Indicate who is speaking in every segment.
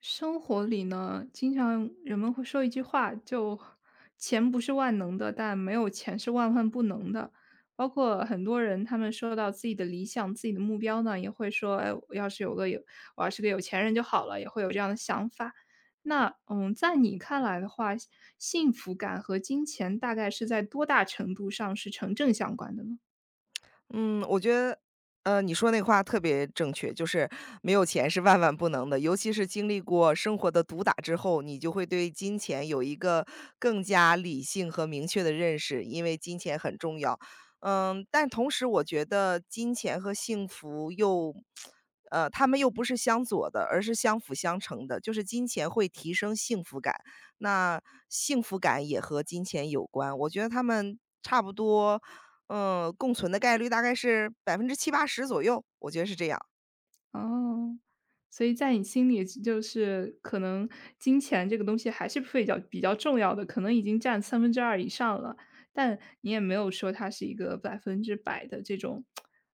Speaker 1: 生活里呢，经常人们会说一句话，就钱不是万能的，但没有钱是万万不能的。包括很多人，他们说到自己的理想、自己的目标呢，也会说："哎，我要是个有钱人就好了。"也会有这样的想法。那在你看来的话，幸福感和金钱大概是在多大程度上是成正相关的呢？
Speaker 2: 嗯，我觉得，你说那话特别正确，就是没有钱是万万不能的。尤其是经历过生活的毒打之后，你就会对金钱有一个更加理性和明确的认识，因为金钱很重要。嗯，但同时我觉得金钱和幸福又，他们又不是相左的，而是相辅相成的。就是金钱会提升幸福感，那幸福感也和金钱有关。我觉得他们差不多，嗯，共存的概率大概是70%-80%左右，我觉得是这样。
Speaker 1: 哦，所以在你心里就是可能金钱这个东西还是比较重要的，可能已经占三分之二以上了，但你也没有说它是一个百分之百的这种，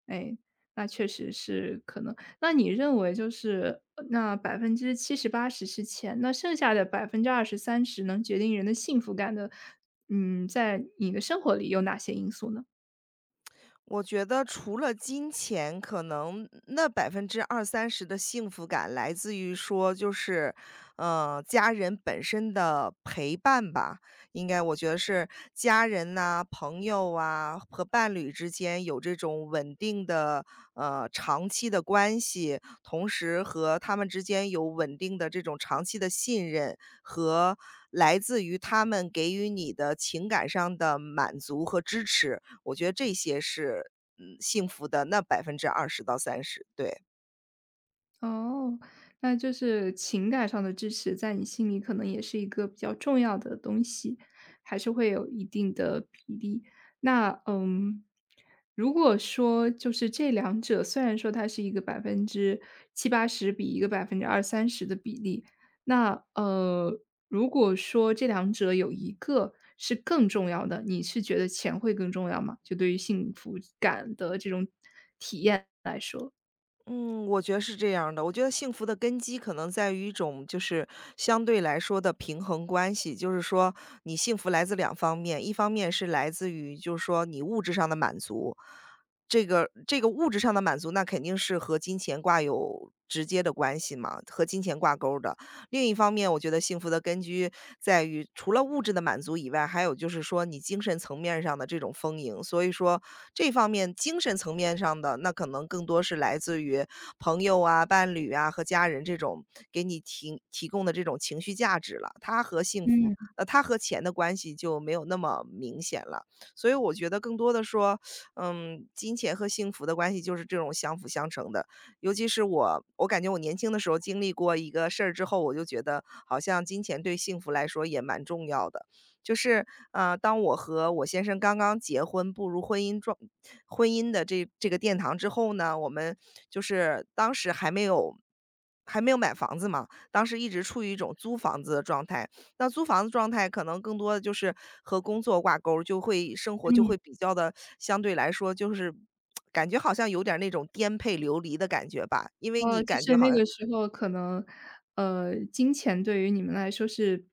Speaker 1: 哎，那确实是可能那你认为就是那百分之七十八十是钱，那剩下的百分之二十三十能决定人的幸福感的，在你的生活里有哪些因素呢？
Speaker 2: 我觉得除了金钱，可能那20%-30%的幸福感来自于说就是，家人本身的陪伴吧。应该我觉得是家人呐、朋友啊和伴侣之间有这种稳定的，长期的关系，同时和他们之间有稳定的这种长期的信任和来自于他们给予你的情感上的满足和支持。我觉得这些是，嗯，幸福的那20%到30%，对。
Speaker 1: 哦，那就是情感上的支持，在你心里可能也是一个比较重要的东西，还是会有一定的比例。那如果说就是这两者，虽然说它是一个百分之七八十比一个百分之二三十的比例，那如果说这两者有一个是更重要的，你是觉得钱会更重要吗？就对于幸福感的这种体验来说。
Speaker 2: 嗯，我觉得是这样的，我觉得幸福的根基可能在于一种就是相对来说的平衡关系，就是说你幸福来自两方面，一方面是来自于就是说你物质上的满足，这个物质上的满足那肯定是和金钱挂有直接的关系嘛，和金钱挂钩的。另一方面，我觉得幸福的根基在于除了物质的满足以外，还有就是说你精神层面上的这种丰盈。所以说这方面精神层面上的，那可能更多是来自于朋友啊、伴侣啊和家人这种给你提供的这种情绪价值了。它和幸福，
Speaker 1: 嗯
Speaker 2: 它和钱的关系就没有那么明显了。所以我觉得更多的说，嗯，金钱和幸福的关系就是这种相辅相成的。尤其是我感觉我年轻的时候经历过一个事儿之后，我就觉得好像金钱对幸福来说也蛮重要的。就是，当我和我先生刚刚结婚，步入婚姻状婚姻的这个殿堂之后呢，我们就是当时还没有买房子嘛，当时一直处于一种租房子的状态。那租房子状态可能更多的就是和工作挂钩儿，就会生活就
Speaker 1: 嗯，
Speaker 2: 会比较的相对来说就是感觉好像有点儿那种颠沛流离的感觉吧，因为你
Speaker 1: 哦，就
Speaker 2: 感觉
Speaker 1: 是
Speaker 2: 好
Speaker 1: 那
Speaker 2: 像
Speaker 1: 个时候可能，金钱对于你们来说是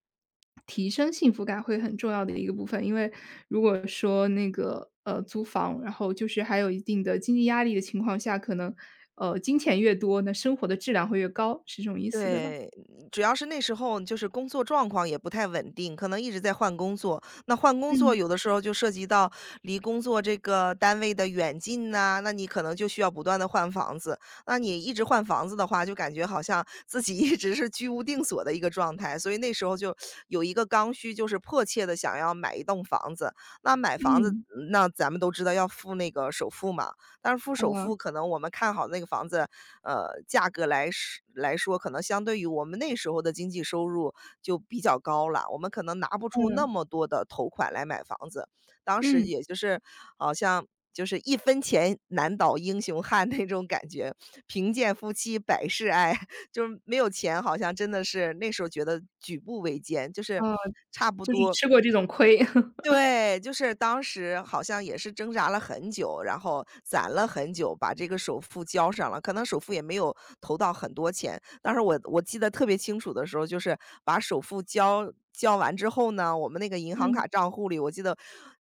Speaker 1: 提升幸福感会很重要的一个部分。因为如果说那个，租房，然后就是还有一定的经济压力的情况下，可能，金钱越多，那生活的质量会越高，是这种意思，对吧？
Speaker 2: 对。嗯主要是那时候就是工作状况也不太稳定，可能一直在换工作。那换工作
Speaker 1: 嗯，
Speaker 2: 有的时候就涉及到离工作这个单位的远近呐、那你可能就需要不断的换房子。那你一直换房子的话，就感觉好像自己 一直是居无定所的一个状态。所以那时候就有一个刚需，就是迫切的想要买一栋房子。那买房子，
Speaker 1: 嗯，
Speaker 2: 嗯那咱们都知道要付那个首付嘛。但是付首
Speaker 1: 啊
Speaker 2: 付可能我们看好那个房子，价格来说，可能相对于我们那时候的经济收入就比较高了，我们可能拿不出那
Speaker 1: 嗯，
Speaker 2: 么多的头款来买房子。当时
Speaker 1: 嗯，
Speaker 2: 也就是好像就是一分钱难倒英雄汉那种感觉，贫贱夫妻百事哀，就是没有钱好像真的是那时候觉得举步维艰，就是
Speaker 1: 啊，
Speaker 2: 差不
Speaker 1: 就是
Speaker 2: 多
Speaker 1: 吃过这种亏。
Speaker 2: 对。就是当时好像也是挣扎了很久，然后攒了很久，把这个首付交上了。可能首付也没有投到很多钱，当时我记得特别清楚的时候，就是把首付交完之后呢，我们那个银行卡
Speaker 1: 嗯，
Speaker 2: 账户里，我记得，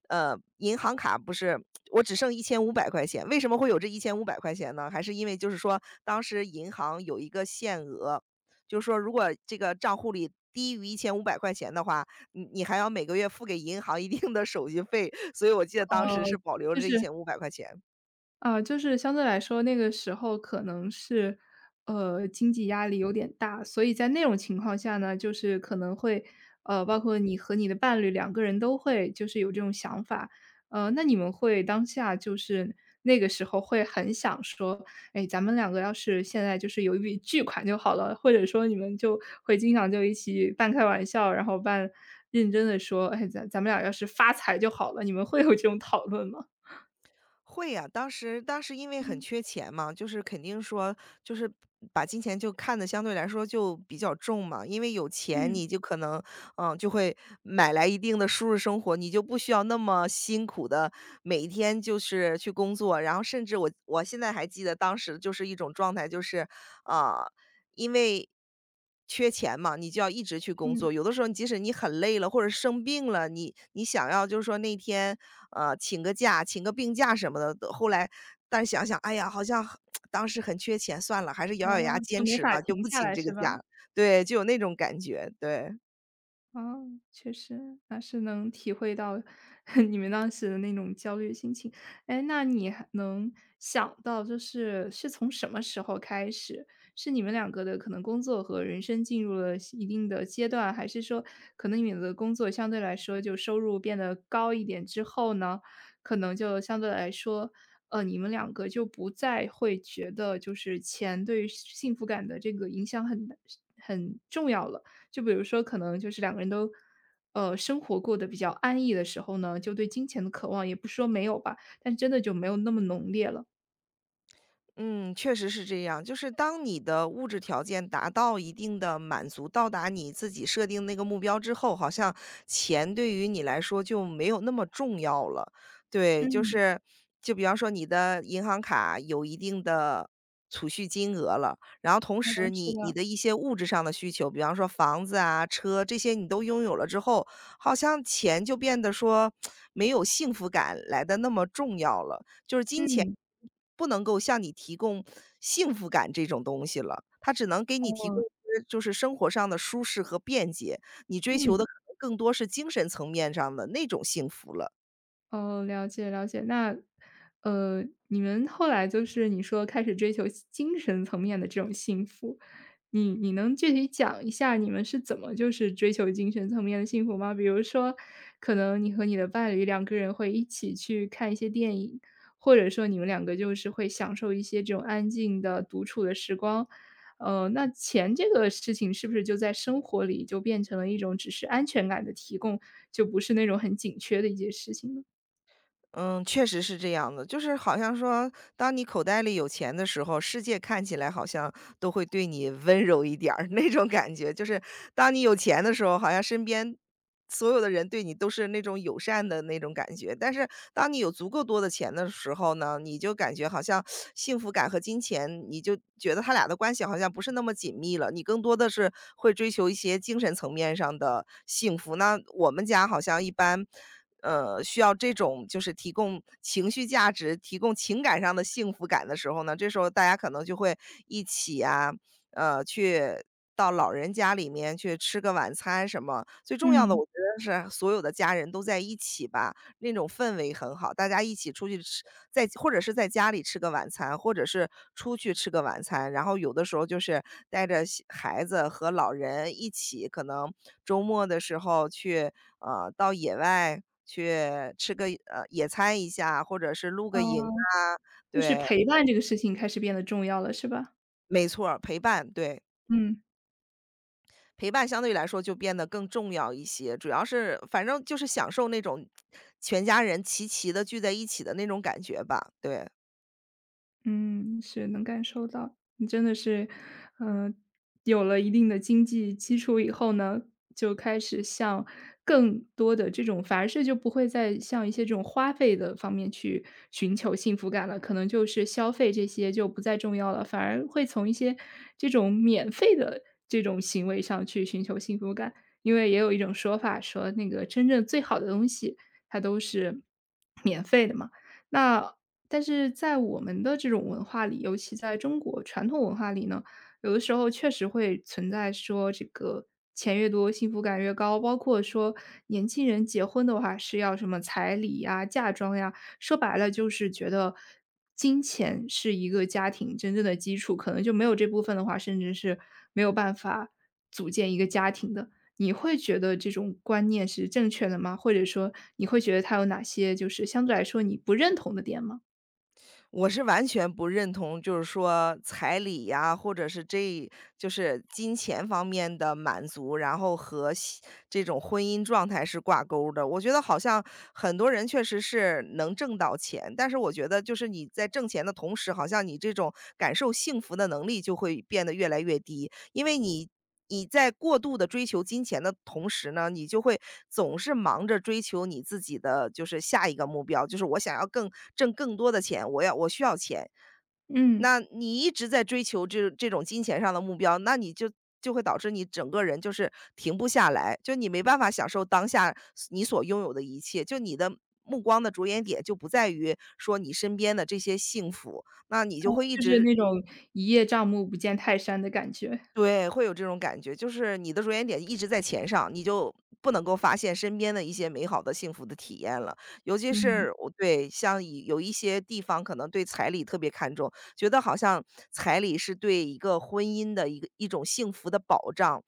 Speaker 2: 银行卡不是我只剩一千五百块钱。为什么会有这一千五百块钱呢？还是因为就是说当时银行有一个限额，就是说如果这个账户里低于一千五百块钱的话，你还要每个月付给银行一定的手续费，所以我记得当时是
Speaker 1: 呃，
Speaker 2: 保留
Speaker 1: 就
Speaker 2: 着一
Speaker 1: 是
Speaker 2: 千五百块钱。
Speaker 1: 啊，就是相对来说，那个时候可能是，经济压力有点大，所以在那种情况下呢，就是可能会，包括你和你的伴侣两个人都会就是有这种想法，那你们会当下就是那个时候会很想说，哎，咱们两个要是现在就是有一笔巨款就好了，或者说你们就会经常就一起半开玩笑，然后半认真的说，哎，咱们俩要是发财就好了，你们会有这种讨论吗？
Speaker 2: 会呀，当时因为很
Speaker 1: 嗯
Speaker 2: 缺钱嘛，就是肯定说就是把金钱就看得相对来说就比较重嘛，因为有钱
Speaker 1: 嗯
Speaker 2: 你就可能，嗯，就会买来一定的舒适生活，你就不需要那么辛苦的每一天就是去工作。然后甚至我现在还记得当时就是一种状态，就是，啊因为缺钱嘛，你就要一直去工
Speaker 1: 嗯。
Speaker 2: 作。有的时候，即使你很累了，或者生病了，你想要就是说那天，请个假，请个病假什么的，后来但是想想，哎呀，好像很 当时很缺钱，算了，还是咬咬牙
Speaker 1: 就
Speaker 2: 坚
Speaker 1: 没
Speaker 2: 持
Speaker 1: 法
Speaker 2: 吧，就
Speaker 1: 停
Speaker 2: 不
Speaker 1: 下
Speaker 2: 请
Speaker 1: 来
Speaker 2: 这个
Speaker 1: 是吧？
Speaker 2: 假。对，就有那种感觉，对。
Speaker 1: 哦，确实，那是能体会到 你们当时的那种焦虑心情。哎，那你还能想到，就是是从什么时候开始，是你们两个的可能工作和人生进入了一定的阶段，还是说可能你们的工作相对来说就收入变得高一点之后呢，可能就相对来说，你们两个就不再会觉得就是钱对于幸福感的这个影响很重要了。就比如说可能就是两个人都，生活过得比较安逸的时候呢，就对金钱的渴望也不说没有吧，但真的就没有那么浓烈了。
Speaker 2: 嗯，确实是这样。就是当你的物质条件达到一定的满足，到达你自己设定那个目标之后，好像钱对于你来说就没有那么重要了。对，就
Speaker 1: 嗯，
Speaker 2: 是就比方说你的银行卡有一定的储蓄金额了，然后同
Speaker 1: 嗯，
Speaker 2: 时
Speaker 1: 是
Speaker 2: 你
Speaker 1: 的，
Speaker 2: 的一些物质上的需求，比方说房子啊、车这些你都拥有了之后，好像钱就变得说 没有幸福感来的那么重要了。就是金钱
Speaker 1: 嗯，
Speaker 2: 不能够向你提供幸福感这种东西了，它只能给你提供
Speaker 1: 嗯，
Speaker 2: 就是生活上的舒适和便捷，你追求的
Speaker 1: 嗯。
Speaker 2: 可能更多是精神层面上的那种幸福了。
Speaker 1: 哦，了解了解。那，你们后来就是你说开始追求精神层面的这种幸福，你能具体讲一下你们是怎么就是追求精神层面的幸福吗？比如说，可能你和你的伴侣两个人会一起去看一些电影，或者说你们两个就是会享受一些这种安静的独处的时光。那钱这个事情是不是就在生活里就变成了一种只是安全感的提供，就不是那种很紧缺的一件事情呢？
Speaker 2: 嗯，确实是这样的。就是好像说，当你口袋里有钱的时候，世界看起来好像都会对你温柔一点儿 那种感觉。就是当你有钱的时候，好像身边所有的人对你都是那种友善的那种感觉。但是当你有足够多的钱的时候呢，你就感觉好像幸福感和金钱，你就觉得他俩的关系好像不是那么紧密了。你更多的是会追求一些精神层面上的幸福。那我们家好像一般。需要这种就是提供情绪价值、提供情感上的幸福感的时候呢，这时候大家可能就会一起啊，去到老人家里面去吃个晚餐什么。最重要的，
Speaker 1: 嗯，
Speaker 2: 我觉得是所有的家人都在一起吧。那种氛围很好，大家一起出去吃，或者是在家里吃个晚餐，或者是出去吃个晚餐，然后有的时候就是带着小孩子和老人一起，可能周末的时候去，到野外去吃个野餐一下，或者是露
Speaker 1: 哦，
Speaker 2: 个营啊，
Speaker 1: 就是
Speaker 2: 对。
Speaker 1: 陪伴这个事情开始变得重要了，是吧？
Speaker 2: 没错儿陪伴，对。
Speaker 1: 嗯。
Speaker 2: 陪伴相对来说就变得更重要一些，主要是反正就是享受那种全家人齐齐的聚在一起的那种感觉吧，对。
Speaker 1: 嗯，是，能感受到，你真的是，呃，有了一定的经济基础以后呢，就开始向更多的这种反而是就不会再像一些这种花费的方面去寻求幸福感了，可能就是消费这些就不再重要了，反而会从一些这种免费的这种行为上去寻求幸福感。因为也有一种说法说那个真正最好的东西，它都是免费的嘛。那但是在我们的这种文化里，尤其在中国传统文化里呢，有的时候确实会存在说这个钱越多幸福感越高，包括说年轻人结婚的话是要什么彩礼呀、嫁妆呀，说白了就是觉得金钱是一个家庭真正的基础，可能就没有这部分的话，甚至是没有办法组建一个家庭的。你会觉得这种观念是正确的吗？或者说你会觉得它有哪些就是相对来说你不认同的点吗？
Speaker 2: 我是完全不认同，就是说彩礼呀，或者是这就是金钱方面的满足，然后这种婚姻状态是挂钩儿的。我觉得好像很多人确实是能挣到钱，但是我觉得就是你在挣钱的同时，好像你这种感受幸福的能力就会变得越来越低。因为你在过度的追求金钱的同时呢，你就会总是忙着追求你自己的就是下一个目标，就是我想要挣更多的钱，我需要钱。
Speaker 1: 嗯。
Speaker 2: 那你一直在追求这种金钱上的目标，那你就会导致你整个人就是停不下来，就你没办法享受当下你所拥有的一切，就你的目光的着眼点就不在于说你身边的这些幸福，那你就会一
Speaker 1: 就是
Speaker 2: 直
Speaker 1: 那种一叶障目不见泰山的感觉。
Speaker 2: 对，会有这种感觉，就是你的着眼点一直在钱上，你就不能够发现身边的一些美好的、幸福的体验了。尤其
Speaker 1: 嗯，
Speaker 2: 是我对，像以有一些地方可能对彩礼特别看重，觉得好像彩礼是对一个婚姻的一种幸福的保障。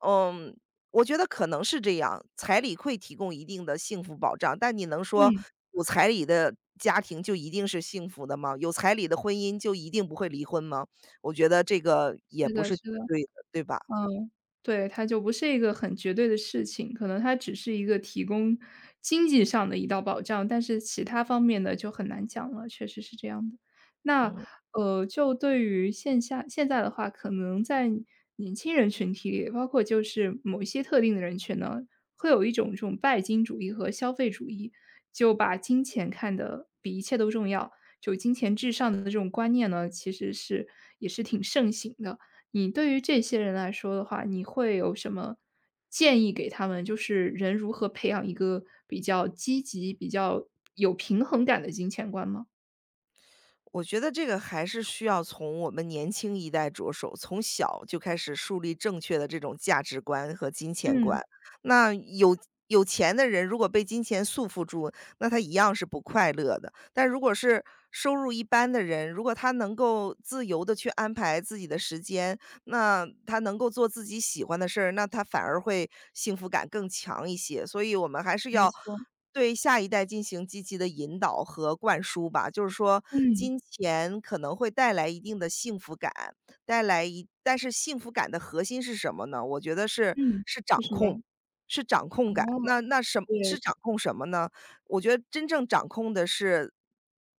Speaker 2: 嗯，我觉得可能是这样，彩礼会提供一定的幸福保障，但你能说
Speaker 1: 嗯，
Speaker 2: 有彩礼的家庭就一定是幸福的吗？有彩礼的婚姻就一定不会离婚吗？我觉得这个也
Speaker 1: 是
Speaker 2: 不
Speaker 1: 的
Speaker 2: 是绝
Speaker 1: 是的。
Speaker 2: 对的，对吧？
Speaker 1: 嗯，对，它就不是一个很绝对的事情，可能它只是一个提供经济上的一道保障，但是其他方面的就很难讲了，确实是这样的。那，
Speaker 2: 嗯，
Speaker 1: 就对于线下现在的话，可能在年轻人群体里，包括就是某一些特定的人群呢，会有一种这种拜金主义和消费主义，就把金钱看得比一切都重要，就金钱至上的这种观念呢，其实是也是挺盛行的。你对于这些人来说的话，你会有什么建议给他们？就是人如何培养一个比较积极、比较有平衡感的金钱观吗？
Speaker 2: 我觉得这个还是需要从我们年轻一代着手，从小就开始树立正确的这种价值观和金钱观。
Speaker 1: 嗯，
Speaker 2: 那有钱的人如果被金钱束缚住，那他一样是不快乐的。但如果是收入一般的人，如果他能够自由的去安排自己的时间，那他能够做自己喜欢的事儿，那他反而会幸福感更强一些。所以我们还是
Speaker 1: 没
Speaker 2: 要
Speaker 1: 错，
Speaker 2: 对下一代进行积极的引导和灌输吧，就是说
Speaker 1: 嗯，
Speaker 2: 金钱可能会带来一定的幸福感，带来一但是幸福感的核心是什么呢？我觉得是
Speaker 1: 嗯，
Speaker 2: 是掌
Speaker 1: 是什么呀？
Speaker 2: 控，是掌控
Speaker 1: 哦，
Speaker 2: 感。那那什
Speaker 1: 对，
Speaker 2: 是掌控什么呢？我觉得真正掌控的是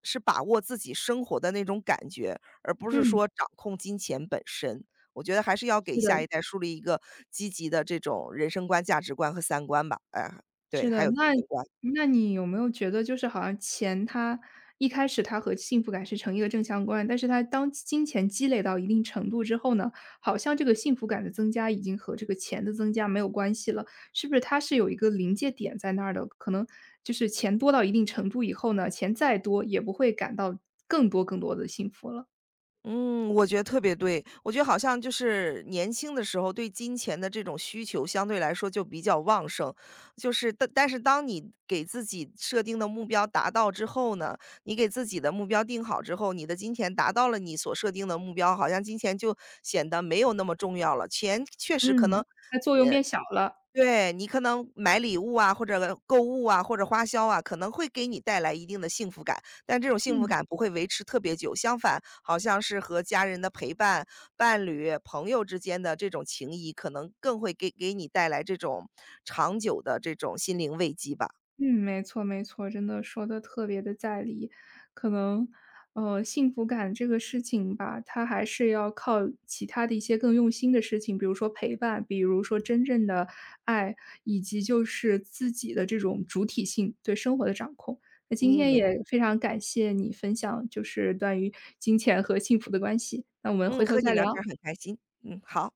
Speaker 2: 是把握自己生活的那种感觉，而不是
Speaker 1: 嗯，
Speaker 2: 说掌控金钱本身。我觉得还是要给
Speaker 1: 是
Speaker 2: 下一
Speaker 1: 的。
Speaker 2: 代树立一个积极的这种人生观、价值观和三观吧。哎，对，
Speaker 1: 是
Speaker 2: 还
Speaker 1: 的，
Speaker 2: 有金
Speaker 1: 那
Speaker 2: 钱观。
Speaker 1: 那你有没有觉得就是好像钱它一开始它和幸福感是成一个正相关，但是它当金钱积累到一定程度之后呢，好像这个幸福感的增加已经和这个钱的增加没有关系了，是不是它是有一个临界点在那儿的？可能就是钱多到一定程度以后呢，钱再多也不会感到更多更多的幸福了。
Speaker 2: 嗯，我觉得特别对。我觉得好像就是年轻的时候对金钱的这种需求相对来说就比较旺盛，就是但是当你给自己设定的目标达到之后呢，你给自己的目标定好之后，你的金钱达到了你所设定的目标，好像金钱就显得没有那么重要了。钱确实可能
Speaker 1: 嗯。它作用变小了，
Speaker 2: 对，你可能买礼物啊，或者购物啊，或者花销啊，可能会给你带来一定的幸福感，但这种幸福
Speaker 1: 嗯。
Speaker 2: 感不会维持特别久。相反，好像是和家人的陪伴、伴侣、朋友之间的这种情谊，可能更会给你带来这种长久的这种心灵慰藉吧。
Speaker 1: 嗯，没错没错，真的说的特别的在理。可能，幸福感这个事情吧，它还是要靠其他的一些更用心的事情，比如说陪伴，比如说真正的爱，以及就是自己的这种主体性，对生活的掌控。那今
Speaker 2: 嗯，
Speaker 1: 天
Speaker 2: 没
Speaker 1: 也非常感谢你分享，就是关于金钱和幸福的关系，那我们
Speaker 2: 嗯，
Speaker 1: 回头
Speaker 2: 和你
Speaker 1: 再
Speaker 2: 聊天儿
Speaker 1: 聊。
Speaker 2: 很开心。嗯，好。